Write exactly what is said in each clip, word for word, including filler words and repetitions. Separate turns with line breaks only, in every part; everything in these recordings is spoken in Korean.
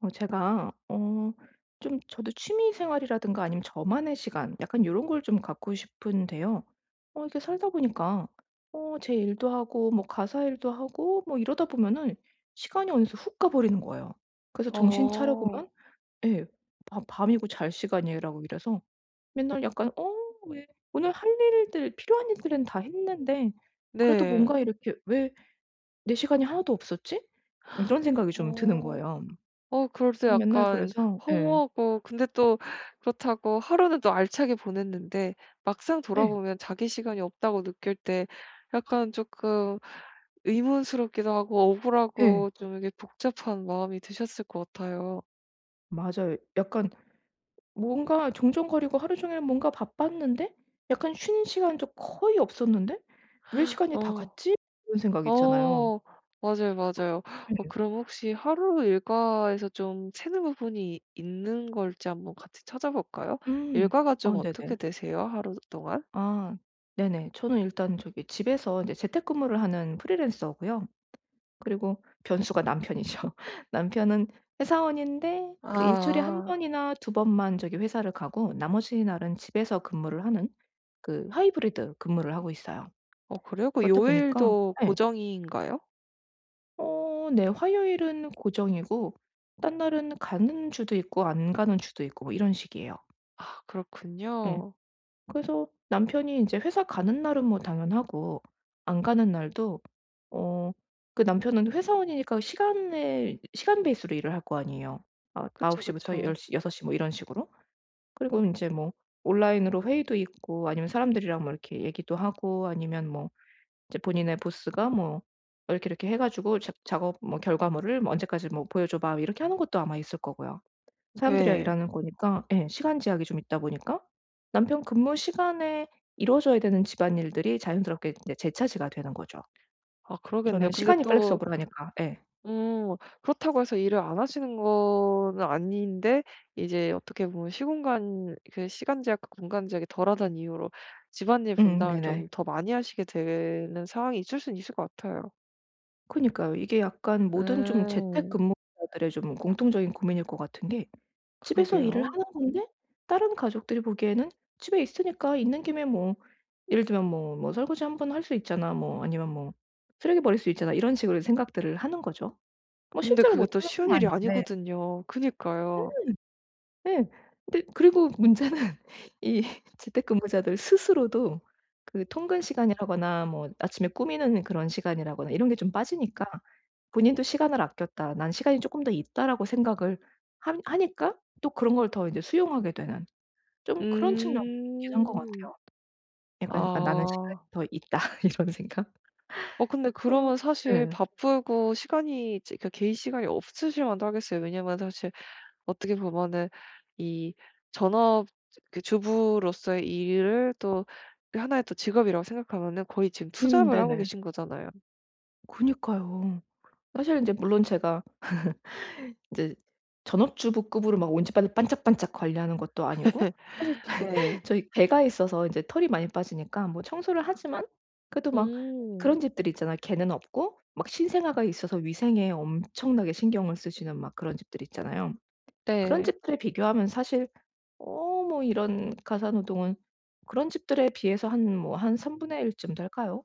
어 제가 어 좀 저도 취미 생활이라든가 아니면 저만의 시간 약간 이런 걸 좀 갖고 싶은데요. 어 이게 살다 보니까 어 제 일도 하고 뭐 가사 일도 하고 뭐 이러다 보면은 시간이 어느새 훅 가 버리는 거예요. 그래서 정신 차려 보면
어.
예, 밤 밤이고 잘 시간이라고 이래서 맨날 약간 '어 왜 오늘 할 일들 필요한 일들은 다 했는데 그래도
네.
뭔가 이렇게 왜 내 시간이 하나도 없었지?' 이런 생각이 좀 드는
어.
거예요.
어 그래도
맨날
약간
그래서 예.
허무하고 근데 또 그렇다고 하루는 또 알차게 보냈는데 막상
예.
돌아보면 자기 시간이 없다고 느낄 때 약간 조금 의문스럽기도 하고
예.
억울하고 좀 이게 복잡한 마음이 드셨을 것 같아요.
맞아요. 약간 뭔가 종종거리고 하루 종일 뭔가 바빴는데 약간 쉬는 시간도 거의 없었는데 '왜 시간이 다
어.
갔지?' 이런 생각 있잖아요.
어. 맞아요, 맞아요. 어
예.
그럼 혹시 하루 일과에서 좀 채는 부분이 있는 걸지 한번 같이 찾아볼까요?
음.
일과가 좀
아
어떻게
네네.
되세요? 하루 동안?
아 네네. 저는 일단 저기 집에서 이제 재택근무를 하는 프리랜서고요. 그리고 변수가 남편이죠. 남편은 회사원인데 그 일 주일에 한
아.
번이나 두 번만 저기 회사를 가고 나머지 날은 집에서 근무를 하는 그 하이브리드 근무를 하고 있어요.
어 그래요? 그
그렇다 보니까
요일도
예.
고정인가요?
어 네. 화요일은 고정이고 딴 날은 가는 주도 있고 안 가는 주도 있고 뭐 이런 식이에요.
아
예.
그렇군요.
그래서 남편이 인제 회사 가는 날은 뭐 당연하고 안 가는 날도 어 그 남편은 회사원이니까 시간에 시간 베이스로 일을 할 거 아니에요. 아 아홉
그쵸,
시부터 열
그쵸.
시, 여6시 뭐 이런 식으로. 그리고 인제 뭐 온라인으로 회의도 있고 아니면 사람들이랑 뭐 이렇게 얘기도 하고 아니면 뭐 이제 본인의 보스가 뭐 "이렇게 이렇게 해 가지고 작 작업 뭐 결과물을 뭐 언제까지 뭐 보여줘 봐." 이렇게 하는 것도 아마 있을 거고요. 사람들이랑
네.
일하는 거니까 예 시간 제약이 좀 있다 보니까 남편 근무 시간에 이루어져야 되는 집안일들이 자연스럽게 이제 제 차지가 되는 거죠.
아
저는
그러겠네요. 근데
시간이
또
플렉서블하니까 예.
음. 그렇다고 해서 일을 안 하시는 거는 아닌데 이제 어떻게 보면 시공간 그 시간 제약과 공간 제약이 덜하다는 이유로 집안일
음
분담을
네네.
좀 더 많이 하시게 되는 상황이 있을 수는 있을 것 같아요.
그니까요. 이게 약간 모든 좀
음.
재택근무자들의 좀 공통적인 고민일 것 같은 게 집에서 일을
그러게요.
하는 건데 다른 가족들이 보기에는 집에 있으니까 있는 김에 뭐 예를 들면 뭐 뭐 '설거지 한번 할 수 있잖아.' 뭐 아니면 뭐 '쓰레기 버릴 수 있잖아.' 이런 식으로 생각들을 하는 거죠. 뭐
근데
실제로
그게
못
또
하는 건
쉬운 일이
아닌데
아니거든요. 그니까요.
음. 예. 근데 그리고 문제는 이 재택근무자들 스스로도 그 통근 시간이라거나 뭐 아침에 꾸미는 그런 시간이라거나 이런 게 좀 빠지니까 본인도 '시간을 아꼈다. 난 시간이 조금 더 있다.'라고 생각을 하, 하니까 또 그런 걸 더 이제 수용하게 되는 좀 그런 측면도 있긴 한 것
음.
같아요. 약간 '아 나는 시간이
아.
더 있다.' 이런 생각?
어 근데
좀
그러면 사실
예.
바쁘고 시간이 그 개인 시간이 없으실 만도 하겠어요. 왜냐면 사실 어떻게 보면은 이 전업 그 주부로서의 일을 또 그 하나의 또 직업이라고 생각하면은 거의 지금
음
투잡을 하고
네네.
계신 거잖아요.
그니까요. 사실 인제 물론 제가 인제 전업주부급으로 막 온지발을 반짝반짝 관리하는 것도 아니고 사실
네.
저희 개가 있어서 인제 털이 많이 빠지니까 뭐 청소를 하지만 그래도 막
음.
그런 집들이 있잖아요. 개는 없고 막 신생아가 있어서 위생에 엄청나게 신경을 쓰시는 막 그런 집들 있잖아요. 그런
네.
집들에 비교하면 사실 어 뭐 이런 가사노동은 그런 집들에 비해서 한 뭐 한 삼분의 일쯤 될까요?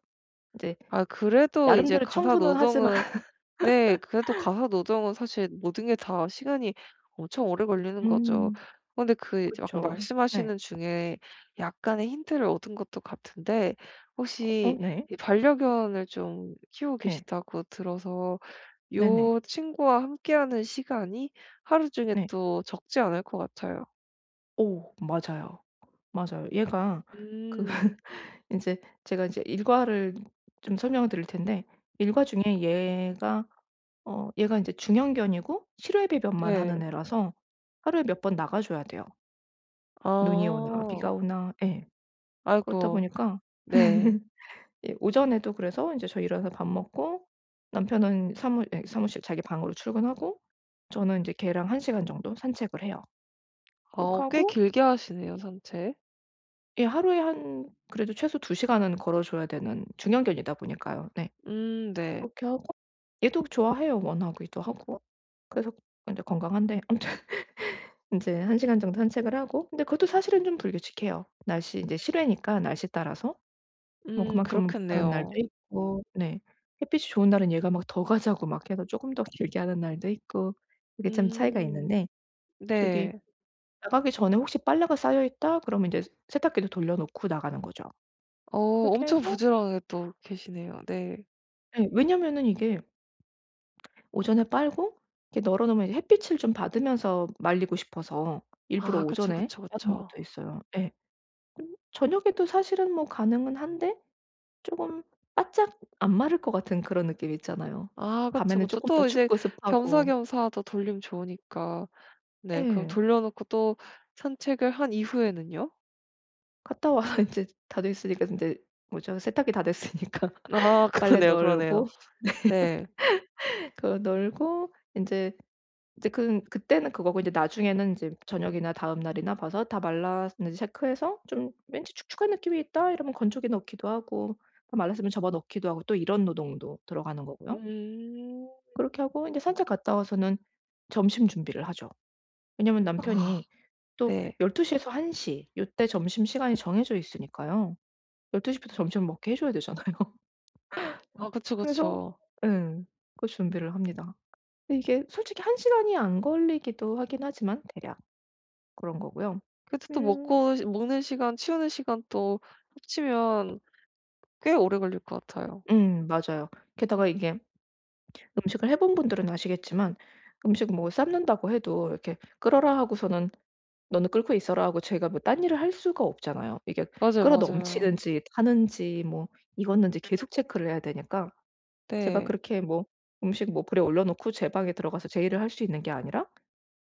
이제
아 그래도 이제
나름대로
가사
청소는 하지만
노동은 네 그래도 가사 노동은 사실 모든 게 다 시간이 엄청 오래 걸리는 거죠.
음.
근데 그 이제 막
그쵸. 네.
말씀하시는 중에 약간의 힌트를 얻은 것도 같은데
어
혹시
네.
이 반려견을 좀 키우고
네,
계시다고 들어서
네네.
요 친구와 함께하는 시간이 하루 중에
네.
또 적지 않을 것 같아요.
오, 맞아요. 맞아요. 얘가 그
음.
이제 제가 이제 일과를 좀 설명을 드릴 텐데 일과 중에 얘가 어 얘가 이제 중형견이고 실외 배변만 하는
네.
애라서 하루에 몇 번 나가 줘야 돼요. 눈이 오나 비가
아.
오나 예. 그렇다
아이고.
보니까
네.
예 오전에도 그래서 이제 저 일어나서 밥 먹고 남편은 사무 예 사무실 자기 방으로 출근하고 저는 이제 걔랑 한 시간 정도 산책을 해요.
아, 어
그렇게
꽤
하고
길게 하시네요, 산책.
예 하루에 한 그래도 최소 두 시간은 걸어 줘야 되는 중형견이다 보니까요. 네.
음 네.
그렇게 하고 얘도 좋아해요. 원하기도 하고. 그래서 이제 건강한데 아무튼 이제한 시간 정도 산책을 하고 근데 그것도 사실은 좀 불규칙해요. 날씨 이제 실외니까 날씨 따라서. 뭐
음
그만큼은 못 하는 날도
그렇겠네요.
있고 네. 햇빛이 좋은 날은 얘가 막 더 가자고 막 해서 조금 더 길게 하는 날도 있고 그게 참 차이가
음
있는데 저기
네.
나가기 전에 혹시 빨래가 쌓여 있다 그러면 이제 세탁기도 돌려 놓고 나가는 거죠.
어
그렇게
엄청
해서
부지런하게 또 계시네요. 네.
예 왜냐면은 이게 오전에 빨고 이렇게 널어 놓으면 이제 햇빛을 좀 받으면서 말리고 싶어서 일부러
아 그쵸,
오전에
그쵸,
하는
그쵸.
것도 있어요. 예. 음 저녁에도 사실은 뭐 가능은 한데 쪼금 바짝 안 마를 것 같은 그런 느낌 있잖아요.
아 그쵸,
밤에는
그쵸.
쪼끔 더
또 이제
춥고 습하고.
겸사겸사 또 돌림 좋으니까. 네 그럼
예.
돌려 놓고 또 산책을 한 이후에는요?
갔다 와서 인제 다 됐으니까 인제 뭐죠? 세탁기 다 됐으니까
아
빨래
그러네요, 그러네요.
널고
네.
그거 널고 인제 이제 그 그때는 그거고 이제 나중에는 인제 저녁이나 다음 날이나 봐서 다 말랐는지 체크해서 좀 '왠지 축축한 느낌이 있다.' 이러면 건조기 넣기도 하고 다 말랐으면 접어 넣기도 하고 또 이런 노동도 들어가는 거고요.
음.
그렇게 하고 인제 산책 갔다 와서는 점심 준비를 하죠. 왜냐면
아
남편이 또
네.
열두 시에서 한 시 요때 점심시간이 정해져 있으니까요. 열두 시부터 점심을 먹게 해 줘야 되잖아요.
아 그쵸,
그래서
그쵸.
예. 그 준비를 합니다. 근데 이게 솔직히 한 시간이 안 걸리기도 하긴 하지만 대략 그런 거고요.
그래도 또
음.
먹고 시 먹는 시간, 치우는 시간 또 합치면 꽤 오래 걸릴 것 같아요.
음. 맞아요. 게다가 이게 음식을 해본 분들은 아시겠지만 음식 뭐 삶는다고 해도 이렇게 "끓어라." 하고서는 "너는 끓고 있어라." 하고 제가 뭐 딴 일을 할 수가 없잖아요. 이게
맞아요,
끓어
맞아요.
넘치는지 타는지 뭐 익었는지 계속 체크를 해야 되니까 제가
네.
그렇게 뭐 음식 뭐 불에 올려 놓고 제 방에 들어가서 제 일을 할 수 있는 게 아니라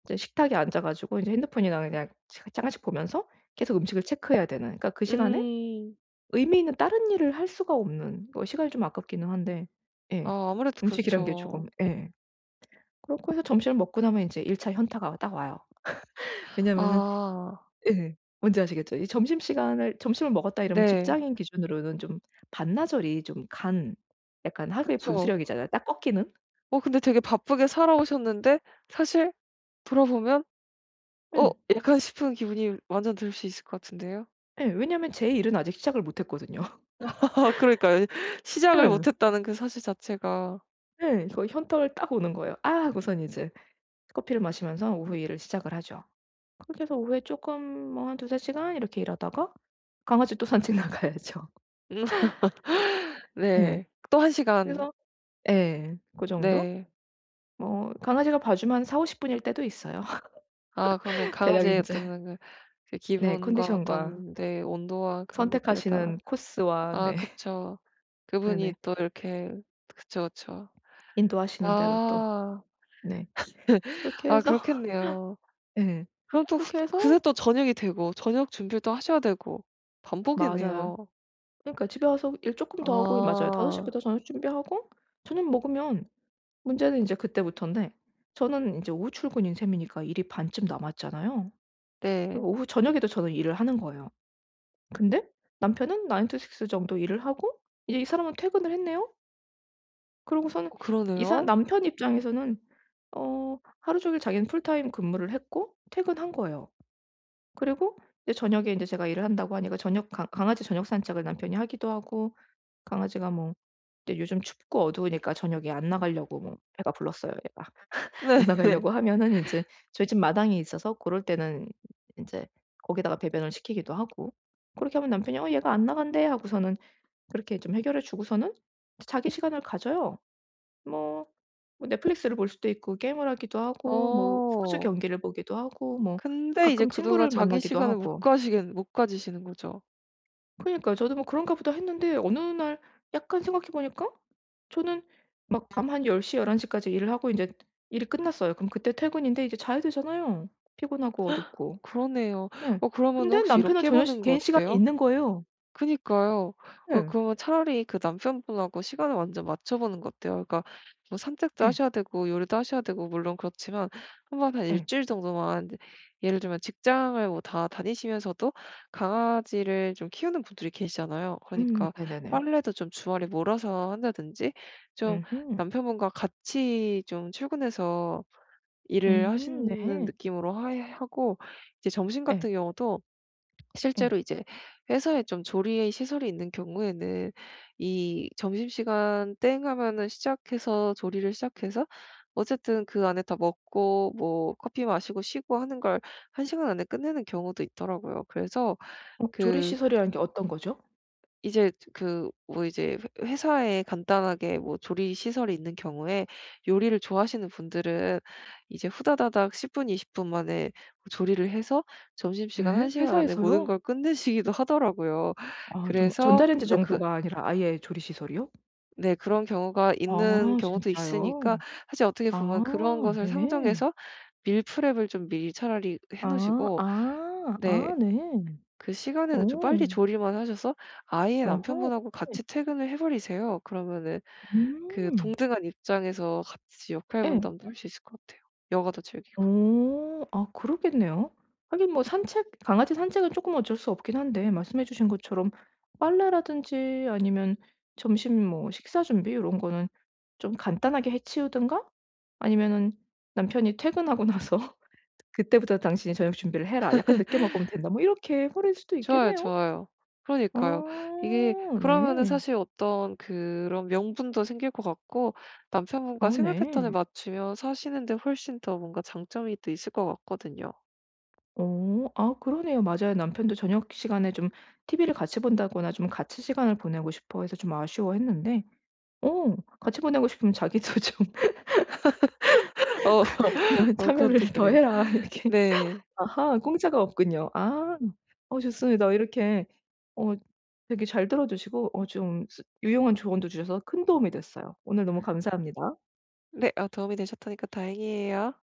이제 식탁에 앉아 가지고 이제 핸드폰이나 그냥 잠 잠깐씩 보면서 계속 음식을 체크해야 되는 그러니까 그 시간에
음.
의미 있는 다른 일을 할 수가 없는 뭐 시간이 좀 아깝기는 한데 예.
아 아무래도
음식이란 게 조금
그렇죠.
예. 그렇고 해서 점심을 먹고 나면 이제일 차 현타가 딱 와요. 왜냐면은
아
예. 뭔지 아시겠죠? 이 점심시간을 점심을 먹었다 이러면
네.
직장인 기준으로는 좀 반나절이 좀 간 약간 하루의
그쵸.
분수령이잖아요. 딱 꺾이는.
어 근데 되게 바쁘게 살아오셨는데 사실 돌아보면 '어
예.
약간.' 싶은 기분이 완전 들 수 있을 것 같은데요.
예. 왜냐면 제 일은 아직 시작을 못 했거든요.
아, 그러니까요. 시작을
예.
못 했다는 그 사실 자체가.
예. 거의 현떡을 딱 오는 거예요. 아 하고선 이제 커피를 마시면서 오후 일을 시작을 하죠. 그렇게 해서 오후에 쪼끔 뭐 한 두세 시간 이렇게 일하다가 강아지 또 산책 나가야죠.
음.
예.
네. 또 한 시간.
그래서 예. 고 정도?
네.
뭐 강아지가 봐주면 한 사오십 분일 때도 있어요.
아 그거는
대략 인제
강아지한테는 그 그
네
기분과
컨디션과
어떤 내 온도와 그런 것들에 따라
선택하시는 코스와
아
네.
그쵸. 그분이
네네.
또 이렇게 그쵸, 그쵸.
인도하시는 대로 또
아.
네. 그렇게
아
해서
그렇겠네요.
예.
그럼 또 후
그렇게 해서
그새 또 저녁이 되고 저녁 준비를 또 하셔야 되고
맞아요.
반복이네요.
그러니까 집에 와서 일 쪼끔 더 하고 맞아요. 다섯 시
아.
부터 저녁 준비하고 저녁 먹으면 문제는 인제 그때부터인데 저는 인제 오후 출근인 셈이니까 일이 반쯤 남았잖아요.
네.
그리고 오후 저녁에도 저는 일을 하는 거예요. 근데 남편은 나인 to 식스 정도 일을 하고 이제 이 사람은 퇴근을 했네요. 그러고서는
어
이사
그러네요.
남편 입장에서는 어 하루 종일 자기는 풀타임 근무를 했고 퇴근한 거예요. 그리고 이제 저녁에 이제 제가 일을 한다고 하니까 저녁 강 강아지 저녁 산책을 남편이 하기도 하고 강아지가 뭐 이제 요즘 춥고 어두우니까 저녁에 안 나가려고 뭐 애가 불렀어요, 얘가. 안
네.
나가려고 하면은 이제 저희 집 마당이 있어서 그럴 때는 이제 거기다가 배변을 시키기도 하고 그렇게 하면 남편이 "어 얘가 안 나간대." 하고서는 그렇게 좀 해결해 주고서는 자기 시간을 가져요. 뭐 뭐 넷플릭스를 볼 수도 있고 게임을 하기도 하고 뭐 스포츠
어.
경기를 보기도 하고 뭐
근데 이제
가끔
그동안
친구를
자기
만나기도
시간을 못
하고.
가시겠 못 가지시는 거죠?
그러니까요. 저도 뭐 '그런가 보다.' 했는데 어느 날 약간 생각해 보니까 저는 막 밤 한 일 공 열한 일 일 까지 일을 하고 인제 일이 끝났어요. 그럼 그때 퇴근인데 이제 자야 되잖아요, 피곤하고 어둡고.
그러네요.
예.
어 그러면
근데
혹시
남편은
이렇게 해
저녁
보는
시
거
개인 시간이
어때요?
있는 거예요.
그니까요. 어
예.
그러면 차라리 그 남편분하고 시간을 완전 맞춰 보는 거 어때요? 그러니까 뭐 산책도
예.
하셔야 되고 요리도 하셔야 되고 물론 그렇지만 한번 한
예.
일주일 정도만 예를 들면 직장을 뭐 다 다니시면서도 강아지를 좀 키우는 분들이 계시잖아요.
음
그러니까
네네네.
빨래도 좀 주말에 몰아서 한다든지 좀
음음.
남편분과 같이 좀 출근해서 일을
음
하시는
네.
느낌으로 하 하고 이제 점심
예.
같은 경우도
예.
실제로 이제 회사에 좀 조리의 시설이 있는 경우에는 이 점심시간 땡 하면은 시작해서 조리를 시작해서 어쨌든 그 안에 다 먹고 뭐 커피 마시고 쉬고 하는 걸 한 시간 안에 끝내는 경우도 있더라고요. 그래서
어 조리
그
시설이라는 게 어떤 거죠?
이제 그 뭐 이제 회 회사에 간단하게 뭐 조리 시설이 있는 경우에 요리를 좋아하시는 분들은 이제 후다다닥 십 분, 이십 분 만에 조리를 해서 점심시간
예?
한 시간 안에 모든
회사에서요?
걸 끝내시기도 하더라고요.
아 정말
그래서
전자레인지
네 그
정도가 아니라 아예 조리 시설이요?
네 그런 경우가
아
있는 경우도 있으니까
진짜요?
사실 어떻게 보면
아
그런 것을
네.
상정해서 밀프렙을 좀 미리 차라리 해
아.
놓으시고
아.
네
아 네.
그 시간에는 좀 빨리
오,
조리만 하셔서 아예
어허.
남편분하고
네.
같이 퇴근을 해 버리세요. 그러면은 그
음.
동등한 입장에서 같이 역할
예.
분담도 할 수 있을 것 같아요. 여가도 즐기고.
오, 아 그러겠네요. 하긴 뭐 산책 강아지 산책은 조금 어쩔 수 없긴 한데 말씀해 주신 것처럼 빨래라든지 아니면 점심 뭐 식사 준비 이런 거는 좀 간단하게 해 치우든가 아니면은 남편이 퇴근하고 나서 "그때부터 당신이 저녁 준비를 해라. 약간 늦게 먹으면 된다." 뭐 이렇게 해 버릴 수도
좋아요,
있겠네요.
좋아요. 그러니까요. 이게
어
그러면은
네.
사실 어떤 그런 명분도 생길 것 같고 남편분과
아
생활 패턴을
네.
맞추면 사시는 데 훨씬 더 뭔가 장점이 또 있을 것 같거든요.
어. 아 그러네요. 맞아요. 남편도 저녁 시간에 좀 티비를 같이 본다거나 좀 같이 시간을 보내고 싶어 해서 좀 아쉬워했는데 어 같이 보내고 싶으면 "자기도 좀
어.
좀
어 그건 또
참여를 더
그래요.
해라." 이렇게.
네.
아하 공짜가 없군요. 아. 어 좋습니다. 이렇게 어 되게 잘 들어 주시고 어 좀 쓰 유용한 조언도 주셔서 큰 도움이 됐어요. 오늘 너무 감사합니다.
네. 어, 도움이 되셨다니까 다행이에요.